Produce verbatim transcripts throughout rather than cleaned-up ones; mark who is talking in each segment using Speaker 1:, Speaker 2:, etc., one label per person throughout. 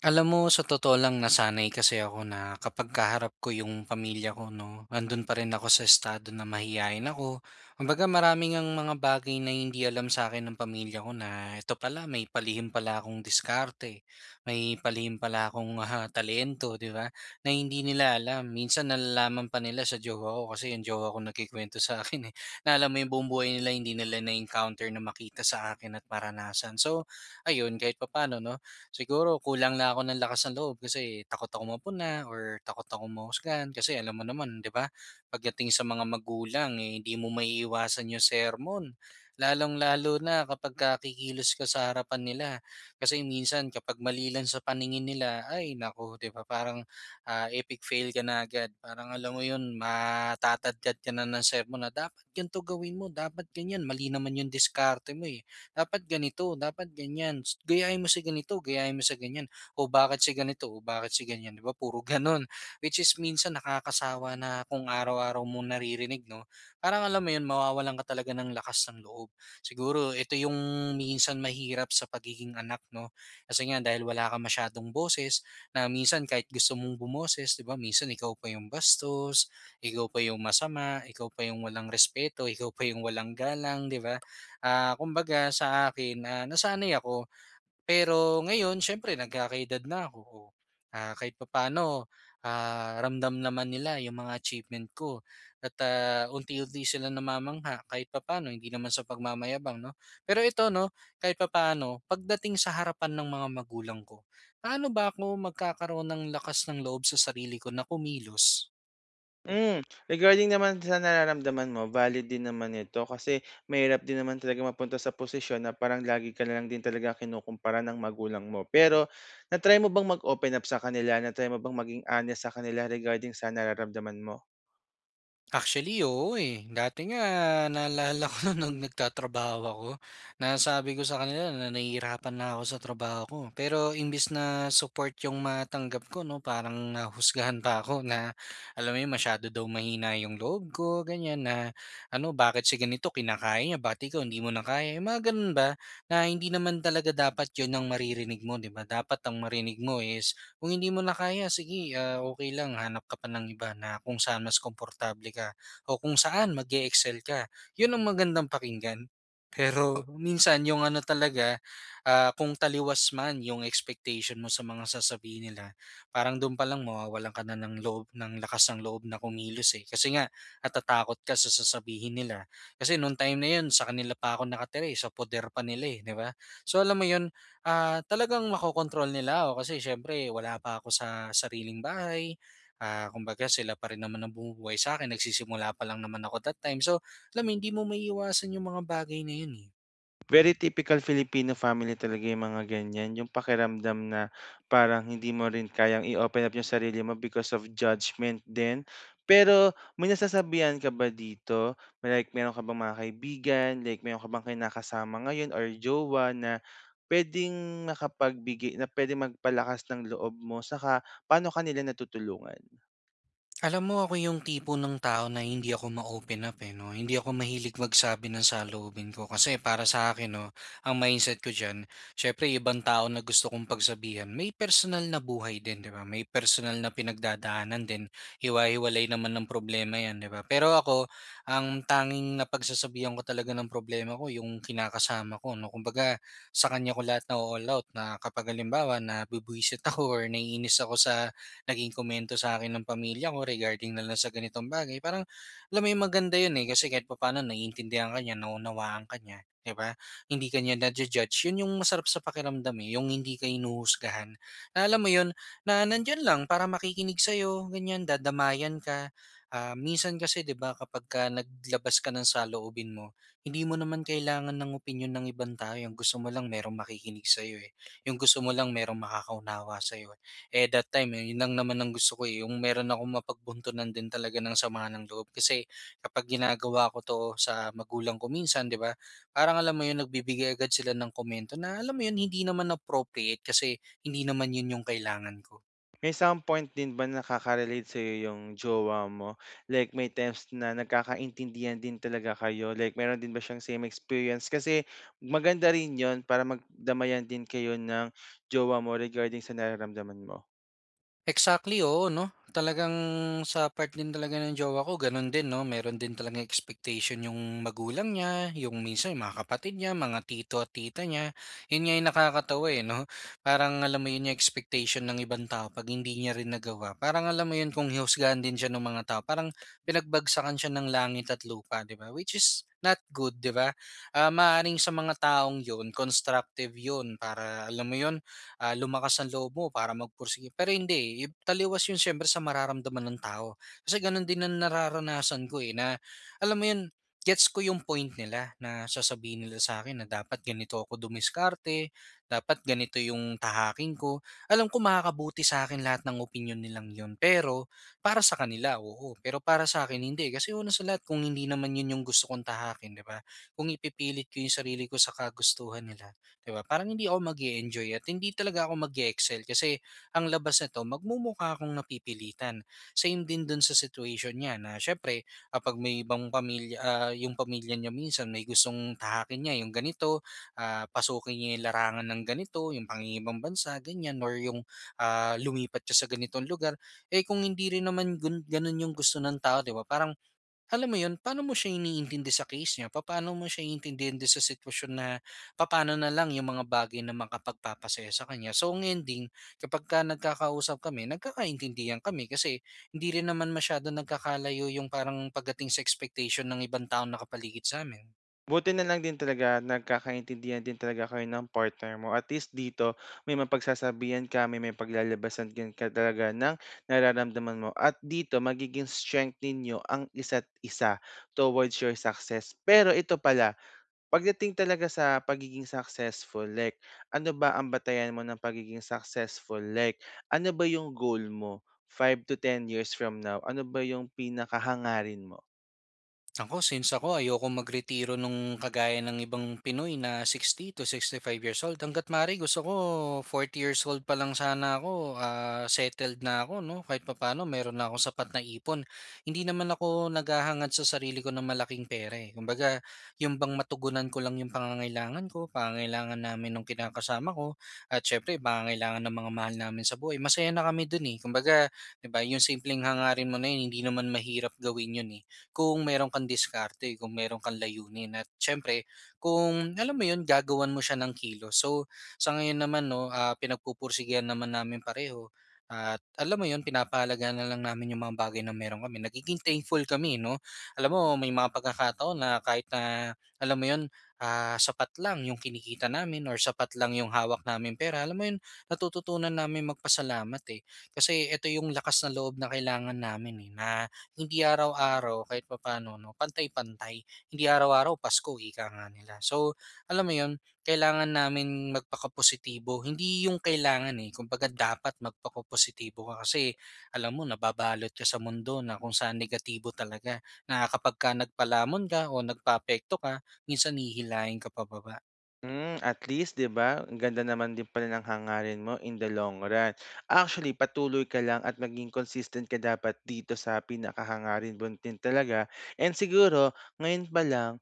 Speaker 1: Alam mo, sa totoo lang, nasanay kasi ako na kapag kaharap ko yung pamilya ko, no, andun pa rin ako sa estado na mahihayin ako. Kumbaga, maraming ang mga bagay na hindi alam sa akin ng pamilya ko na ito pala, may palihim pala akong diskarte, may palihim pala akong ah, talento, di ba? Na hindi nila alam. Minsan nalalaman pa nila sa jowa ko kasi yung jowa ko nagkikwento sa akin eh. Na alam mo yung buong buhay nila, hindi nila na-encounter na makita sa akin at maranasan. So, ayun, kahit papaano, no? Siguro kulang na ako ng lakas ng loob kasi takot ako mapuna or takot ako mahusgan kasi alam mo naman, 'di ba? Pagdating sa mga magulang, eh, hindi mo maiiwasan yung sermon. Lalong-lalo na kapag ka kikilos ka sa harapan nila. Kasi minsan kapag malilan sa paningin nila, ay nako, 'di ba? Parang ah, epic fail ka na agad. Parang alam mo 'yun, matatadkad ka na ng sermon na dapat ganito gawin mo, dapat ganyan, mali naman yung diskarte mo eh dapat ganito, dapat ganyan, s- gayahin mo sa ganito, gayahin mo sa ganyan. O bakit si ganito, o bakit si ganyan, 'di ba? Puro ganun. Which is minsan nakakasawa na kung araw-araw mo naririnig, no? Parang alam mo 'yun, mawawalan ka talaga ng lakas ng loob. Siguro ito yung minsan mahirap sa pagiging anak, no? Kasi nga dahil wala ka masyadong boses, na minsan kahit gusto mong bumoses, 'di ba? Minsan ikaw pa yung bastos, ikaw pa yung masama, ikaw pa yung walang respeto, ikaw pa yung walang galang, 'di ba? Ah, kumbaga sa akin, ah, nasanay ako. Pero ngayon siyempre nagkakaedad na ako, oh. Ah, kahit papaano, ah, ramdam naman nila yung mga achievement ko at, ah, unti-unti sila namamangha kahit papaano, hindi naman sa pagmamayabang 'no. Pero ito 'no, kahit papaano pagdating sa harapan ng mga magulang ko, paano ba ako magkakaroon ng lakas ng loob sa sarili ko na kumilos?
Speaker 2: Hmm, regarding naman sa nararamdaman mo, valid din naman ito kasi mahirap din naman talaga mapunta sa posisyon na parang lagi ka na lang din talaga kinukumpara ng magulang mo. Pero na-try mo bang mag-open up sa kanila? Na-try mo bang maging honest sa kanila regarding sa nararamdaman mo?
Speaker 1: Actually, oo, eh. Dati nga naalala ko nung nagtatrabaho ako, nasabi ko sa kanila na nahihirapan na ako sa trabaho ko. Pero imbes na support 'yung matanggap ko 'no, parang nahusgahan pa ako na alam mo 'yun, masyado daw mahina 'yung loob ko, ganiyan, na ano, "Bakit si ganito kinakaya niya, bakit ikaw hindi mo na kaya?" 'Yung mga gano'n ba, na hindi naman talaga dapat 'yun ang maririnig mo, 'di ba? Dapat ang marinig mo is kung hindi mo na kaya sige, ah, okey lang hanap ka pa ng iba na kung saan mas komportable ka o kung saan mag excel ka. 'Yun ang magandang pakinggan. Pero minsan yung ano talaga, ah, kung taliwas man yung expectation mo sa mga sasabihin nila, parang dun lang mawawalan ka na ng loob ng lakas ng loob na kumilos, eh. Kasi nga natatakot ka sa sasabihin nila. Kasi nung time na yun sa kanila pa ako nakatira, eh, sa poder pa nila, eh, 'di ba? So alam mo yun, Ah, talagang makokontrol nila ako kasi siyempre wala pa ako sa sariling bahay. Ah, kumbaga sila pa rin naman ang bumubuhay sa'kin, nagsisimula pa lang naman ako that time. So, alam mo hindi mo maiiwasan yung mga bagay na yun, eh.
Speaker 2: Very typical Filipino family talaga yung mga ganyan, yung pakiramdam na parang hindi mo rin kayang i-open up yung sarili mo because of judgment din. Pero may nasasabihan ka ba dito? May, Like meron ka bang mga kaibigan, like meron ka bang kinakasama ngayon or jowa na pwedeng makapagbigay na pwedeng magpalakas ng loob mo saka paano kanila nila natutulungan?
Speaker 1: Alam mo ako yung tipo ng tao na hindi ako ma-open up eh, 'no? Hindi ako mahilig magsabi ng saloobin ko kasi para sa akin 'no, ang mindset ko diyan, syempre yung ibang tao na gusto kong pagsabihan may personal na buhay din, 'di ba? May personal na pinagdadaanan din, hiwa-hiwalay naman ng problema 'yan, 'di ba? Pero ako, ang tanging napagsasabihan ko talaga ng problema ko yung kinakasama ko 'no, kumbaga sa kanya ko lahat na-o-all out na kapag halimbawa nabubuwisit ako or naiinis ako sa naging komento sa akin ng pamilya ko regarding na lang sa ganitong bagay. Parang alam mo yun maganda yun, eh, kasi kahit papaano naiintindihan ka niya, naunawaan ka niya, 'di ba? Hindi ka niya naju-judge, yun yung masarap sa pakiramdam, eh, yung hindi ka hinuhusgahan. Na alam mo yun, na nandiyan lang para makikinig sa'yo ganyan, dadamayan ka. Ah, minsan kasi 'di ba kapagka naglabas ka ng saloobin mo, hindi mo naman kailangan ng opinyon ng ibang tao, yung gusto mo lang merong makikinig sa'yo, eh. Yung gusto mo lang merong makakaunawa sa'yo. Eh, that time, eh, yun lang naman ang gusto ko, eh, yung meron akong mapagbuntunan din talaga ng sama ng loob. Kasi kapag ginagawa ko 'to sa magulang ko minsan, 'di ba? Parang alam mo yun, nagbibigay agad sila ng komento na alam mo yun, hindi naman appropriate kasi hindi naman yun yung kailangan ko.
Speaker 2: May some point din ba nakaka-relate sa'yo yung jowa mo? Like may times na nagkakaintindihan din talaga kayo? Like meron din ba siyang same experience? Kasi maganda rin yon para magdamayan din kayo ng jowa mo regarding sa nararamdaman mo.
Speaker 1: Exactly, oo 'no. Talagang sa part din talaga ng jowa ko gano'n din 'no, meron din talaga expectation yung magulang niya, yung minsan yung mga kapatid niya, mga tito at tita niya. Yun nga yung nakakatawa, eh, 'no. Parang alam mo yun yung expectation ng ibang tao 'pag hindi niya rin nagawa, parang alam mo yun kung hihusgahan din siya ng mga tao parang pinagbagsakan siya ng langit at lupa, 'di ba? Which is not good, 'di ba? Ah, maaaring sa mga taong yun constructive yun para alam mo yun, ah, lumakas ang loob mo para magpursige. Pero hindi, eh, taliwas yun siyempre sa mararamdaman ng tao. Kasi ganun din ang nararanasan ko eh, na alam mo yun, gets ko yung point nila na sasabihin nila sa akin na dapat ganito ako dumiskarte, dapat ganito yung tahaking ko. Alam ko makakabuti sa akin lahat ng opinion nilang yun. Pero para sa kanila, oo. Pero para sa akin, hindi. Kasi una sa lahat, kung hindi naman yun yung gusto kong tahakin, di ba? Kung ipipilit ko yung sarili ko sa kagustuhan nila, 'di ba, parang hindi ako mag enjoy at hindi talaga ako mag excel kasi ang labas nito magmumukha akong napipilitan. Same din dun sa situation niya na siyempre kapag may ibang pamilya, ah, yung pamilya niya minsan may gustong tahakin niya yung ganito, ah, pasukin niya yung larangan ng ganito, yung pangingibang bansa ganyan or yung, ah, lumipat siya sa ganitong lugar. Eh, kung hindi rin naman gun ganun yung gusto ng tao 'di ba, parang alam mo 'yun, paano mo siya iniintindi sa case niya, paano mo siya iintindihin din sa sitwasyon na papaano na lang yung mga bagay na makapagpapasaya sa kanya. So, ang ending kapagka nagkakausap kami, nagkakaintindihan kami kasi hindi rin naman masyadong nagkakalayo yung parang pagdating sa expectation ng ibang tao na kapaligid sa sa'min.
Speaker 2: Buti na lang din talaga nagkakaintindihan din talaga kayo ng partner mo. At least dito may mapagsasabihan ka, may may paglalabasan din ka talaga ng nararamdaman mo. At dito magiging strength ninyo ang isa't isa towards your success. Pero ito pala, pagdating talaga sa pagiging successful, like ano ba ang batayan mo ng pagiging successful? Like ano ba yung goal mo five to ten years from now? Ano ba yung pinakahangarin mo?
Speaker 1: Ako, since ako ayokong magretiro nung kagaya ng ibang Pinoy na sixty to sixty five years old. Hangga't maaari gusto ko forty years old pa lang sana ako, ah, settled na ako 'no, kahit papaano meron na akong sapat na ipon. Hindi naman ako naghahangad sa sarili ko ng malaking pera, eh. Kumbaga, yung bang matugunan ko lang 'yung pangangailangan ko, pangangailangan namin ng kinakasama ko at siyempre pangangailangan ng mga mahal namin sa buhay. Masaya na kami dun, eh. Kumbaga, 'di ba, 'yung simpleng hangarin mo na 'yun hindi naman mahirap gawin 'yun, eh kung meron kang diskarte, kung meron kang layunin at syempre kung alam mo yun gagawan mo siya ng kilo. So sa ngayon naman 'no, ah, pinagpupursigihan naman namin pareho at alam mo yun pinapahalagahan na lang namin yung mga bagay na meron kami. Nagiging thankful kami 'no. Alam mo may mga pagkakataon na kahit na alam mo yun, ah, sapat lang yung kinikita namin or sapat lang yung hawak namin pera, alam mo yun natututunan namin magpasalamat, eh. Kasi eto yung lakas ng loob na kailangan namin, eh, na hindi araw-araw kahit papaano 'no, pantay-pantay. Hindi araw-araw Pasko ika nga nila. So, alam mo 'yun, kailangan namin magpakapositibo. Hindi 'yung kailangan, eh, kumbaga dapat magpakapositibo ka kasi alam mo nababalot ka sa mundo na kung saan negatibo talaga na kapagka nagpalamon ka o nagpaapekto ka, minsan hihilahin ka pababa.
Speaker 2: Hmm, at least 'di ba, ang ganda naman din pala ng hangarin mo in the long run. Actually, patuloy ka lang at maging consistent ka dapat dito sa pinakahangarin mo din talaga, and siguro ngayon pa lang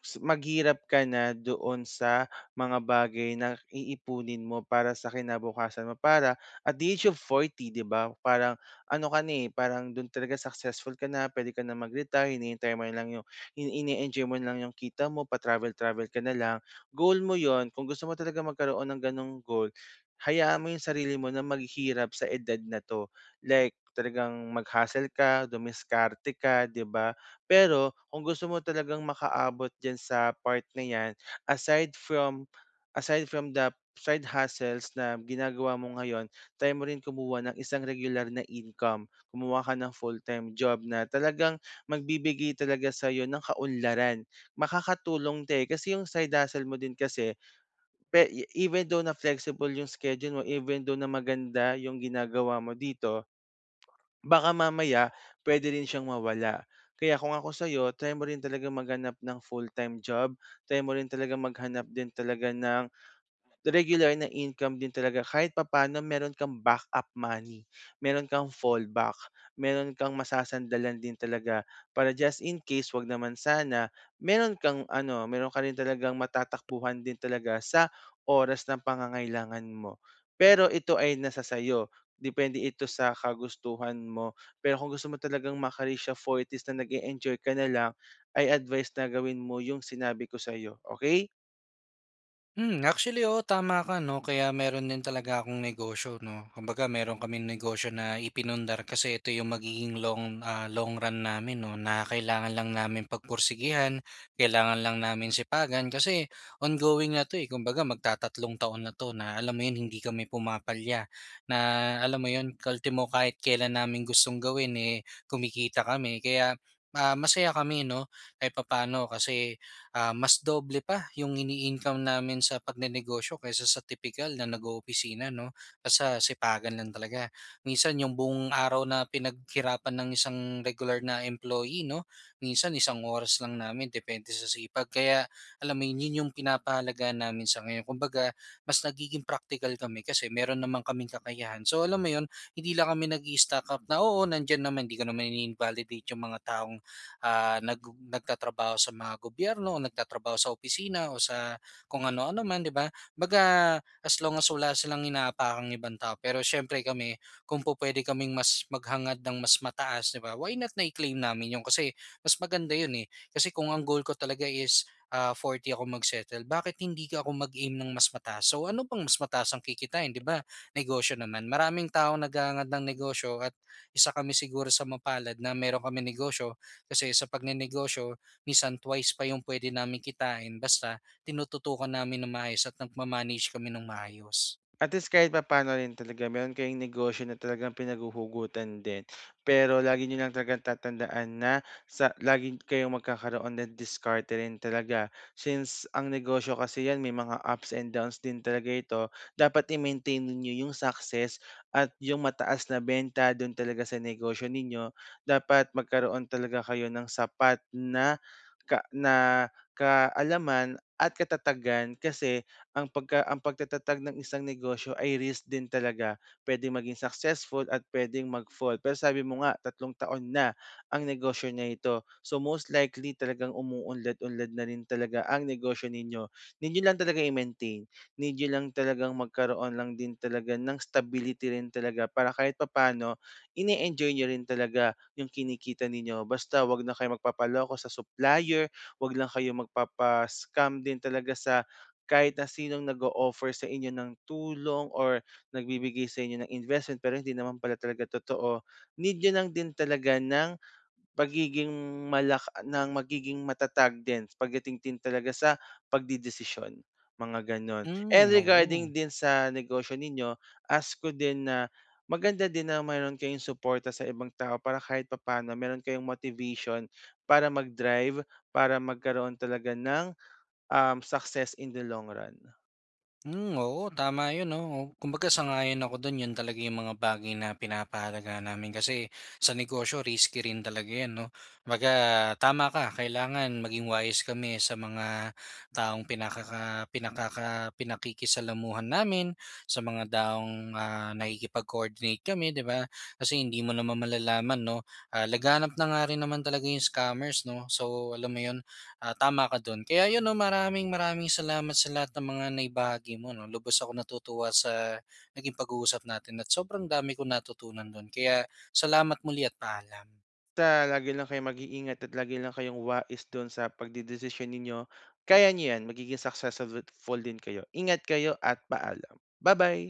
Speaker 2: s- maghirap ka na doon sa mga bagay na iipunin mo para sa kinabukasan mo, para at the age of forty, 'di ba, parang ano ka na, eh, parang do'n talaga successful ka na, puwede ka na mag-retire, hinihintay mo na lang yung ini enjoy mo na lang yung kita mo, pa-travel-travel ka na lang. Goal mo 'yon, kung gusto mo talaga magkaroon ng gano'ng goal, hayaan mo yung sarili mo na maghirap sa edad na 'to. Like talagang mag-hustle ka, dumiskarte ka, 'di ba? Pero kung gusto mo talagang makaabot diyan sa part na 'yan, aside from aside from the side hustles na ginagawa mo ngayon, try mo rin kumuha ng isang regular na income. Kumuha ka ng full-time job na talagang magbibigay talaga sa sa'yo ng kaunlaran. Makakatulong 'to, eh, kasi yung side hustle mo din kasi pe even though na flexible yung schedule mo, even though na maganda yung ginagawa mo dito, baka mamaya pwede rin siyang mawala. Kaya kung ako sa'yo, try mo rin talaga maghanap ng full-time job, try mo rin talaga maghanap din talaga ng regular na income din talaga, kahit papaano meron kang backup money, meron kang fallback, meron kang masasandalan din talaga para just in case, 'wag naman sana, meron kang ano, meron ka rin talagang matatakbuhan din talaga sa oras ng pangangailangan mo. Pero ito ay nasa sa'yo, depende ito sa kagustuhan mo. Pero kung gusto mo talagang maka-reach sa forty na nag enjoy ka na lang, ay advice na gawin mo yung sinabi ko sa'yo, okay.
Speaker 1: Hmm, actually oo, tama ka 'no, kaya meron din talaga akong negosyo 'no. Kumbaga meron kaming negosyo na ipinundar kasi ito yung magiging long, ah, long run namin 'no, na kailangan lang namin pagpursigihan, kailangan lang namin sipagan kasi ongoing na 'to, eh. Kumbaga magtatatlong taon na 'to na alam mo yun, hindi kami pumapalya, na alam mo yun, ultimo kahit kailan namin gustong gawin, eh, kumikita kami. Kaya, ah, masaya kami 'no kahit papaano kasi ah, mas doble pa yung ini-income namin sa pagnenegosyo kaysa sa typical na nag-oopisina, no? Kasi sipagan lang talaga. Minsan yung buong araw na pinaghirapan ng isang regular na employee, no? Minsan isang oras lang namin, depende sa sipag. Kaya alam mo yun, yun yung pinapahalaga namin sa ngayon. Kumbaga, mas nagiging practical kami kasi meron naman kaming kakayahan. So alam mo yun, hindi lang kami nag stack up na oo, nandyan naman, hindi ko naman invalidate yung mga taong ah, nag nagtatrabaho sa mga gobyerno o nagtatrabaho sa opisina o sa kung ano-ano man, 'di ba? 'Baga as long as wala silang inaapakang ibang tao. Pero siyempre kami, kung po pwede kaming mas maghangad ng mas mataas, 'di ba? Why not na i-claim namin 'yon kasi mas maganda 'yun eh. Kasi kung ang goal ko talaga is ah, forty ako mag-settle, bakit hindi ka ako mag-aim ng mas mataas? So ano bang mas mataas ang kikitain, 'di ba? Negosyo naman. Maraming tao naghahangad ng negosyo at isa kami siguro sa mapalad na meron kami negosyo kasi sa pagnenegosyo minsan twice pa yung pwede namin kitain basta tinututukan namin ng maayos at nagma kami ng maayos.
Speaker 2: At least kahit papaano rin talaga meron kayong negosyo na talagang pinaguhugutan din. Pero lagi nyo lang talagang tatandaan na sa lagi kayong magkakaroon ng diskarte rin talaga. Since ang negosyo kasi 'yan may mga ups and downs din talaga ito, dapat i-maintain niyo yung success at yung mataas na benta do'n talaga sa negosyo ninyo. Dapat magkaroon talaga kayo ng sapat na ka na kaalaman at katatagan kasi ang pagka ang pagtatatag ng isang negosyo ay risk din talaga. Puwedeng maging successful at puwedeng mag-fall. Pero sabi mo nga, tatlong taon na ang negosyo na ito. So, most likely talagang umuunlad-unlad na rin talaga ang negosyo ninyo. Need niyo lang talaga i-maintain. Need niyo lang talagang magkaroon lang din talaga ng stability rin talaga, para kahit papaano, ine-enjoy nyo rin talaga yung kinikita ninyo. Basta 'wag na kayo magpapaloko sa supplier, 'wag lang kayo magpapa-scam din talaga sa kahit na sinong nag-o-offer sa inyo ng tulong or nagbibigay sa inyo ng investment pero hindi naman pala talaga totoo, need niyo lang din talaga ng pagiging malak ng magiging matatag din pagdating din talaga sa pagdedesisyon, mga gano'n. And
Speaker 1: Hmm,
Speaker 2: regarding
Speaker 1: oo.
Speaker 2: din sa negosyo ninyo, ask ko din na maganda din na meron kayong suporta sa ibang tao para kahit papaano meron kayong motivation para mag-drive, para magkaroon talaga ng, um, success in the long run.
Speaker 1: Hmm, oo tama 'yun 'no. O, kumbaga sang-ayon ako do'n, 'yun talaga 'yung mga bagay na pinapahalagahan namin kasi sa negosyo risky rin talaga 'yan 'no. Kumbaga tama ka, kailangan maging wise kami sa mga taong pinakaka pinakaka pinakikisalamuhan namin, sa mga taong, ah, nakikipag-coordinate kami 'di ba. Kasi hindi mo naman malalaman 'no, ah, laganap na nga rin naman talaga 'yung scammers 'no. So alam mo 'yun, Ah, tama ka dun. Kaya yun 'no, maraming maraming salamat sa lahat ng mga naibahagi mo 'no. Lubos ako natutuwa sa naging pag-uusap natin at sobrang dami kong natutunan dun. Kaya salamat muli at paalam.
Speaker 2: Basta lagi lang kayong mag-iingat at lagi lang kayong wais dun sa pagdedesisyon ninyo. Kaya niyo yan, magiging successful din kayo. Ingat kayo at paalam. Bye bye.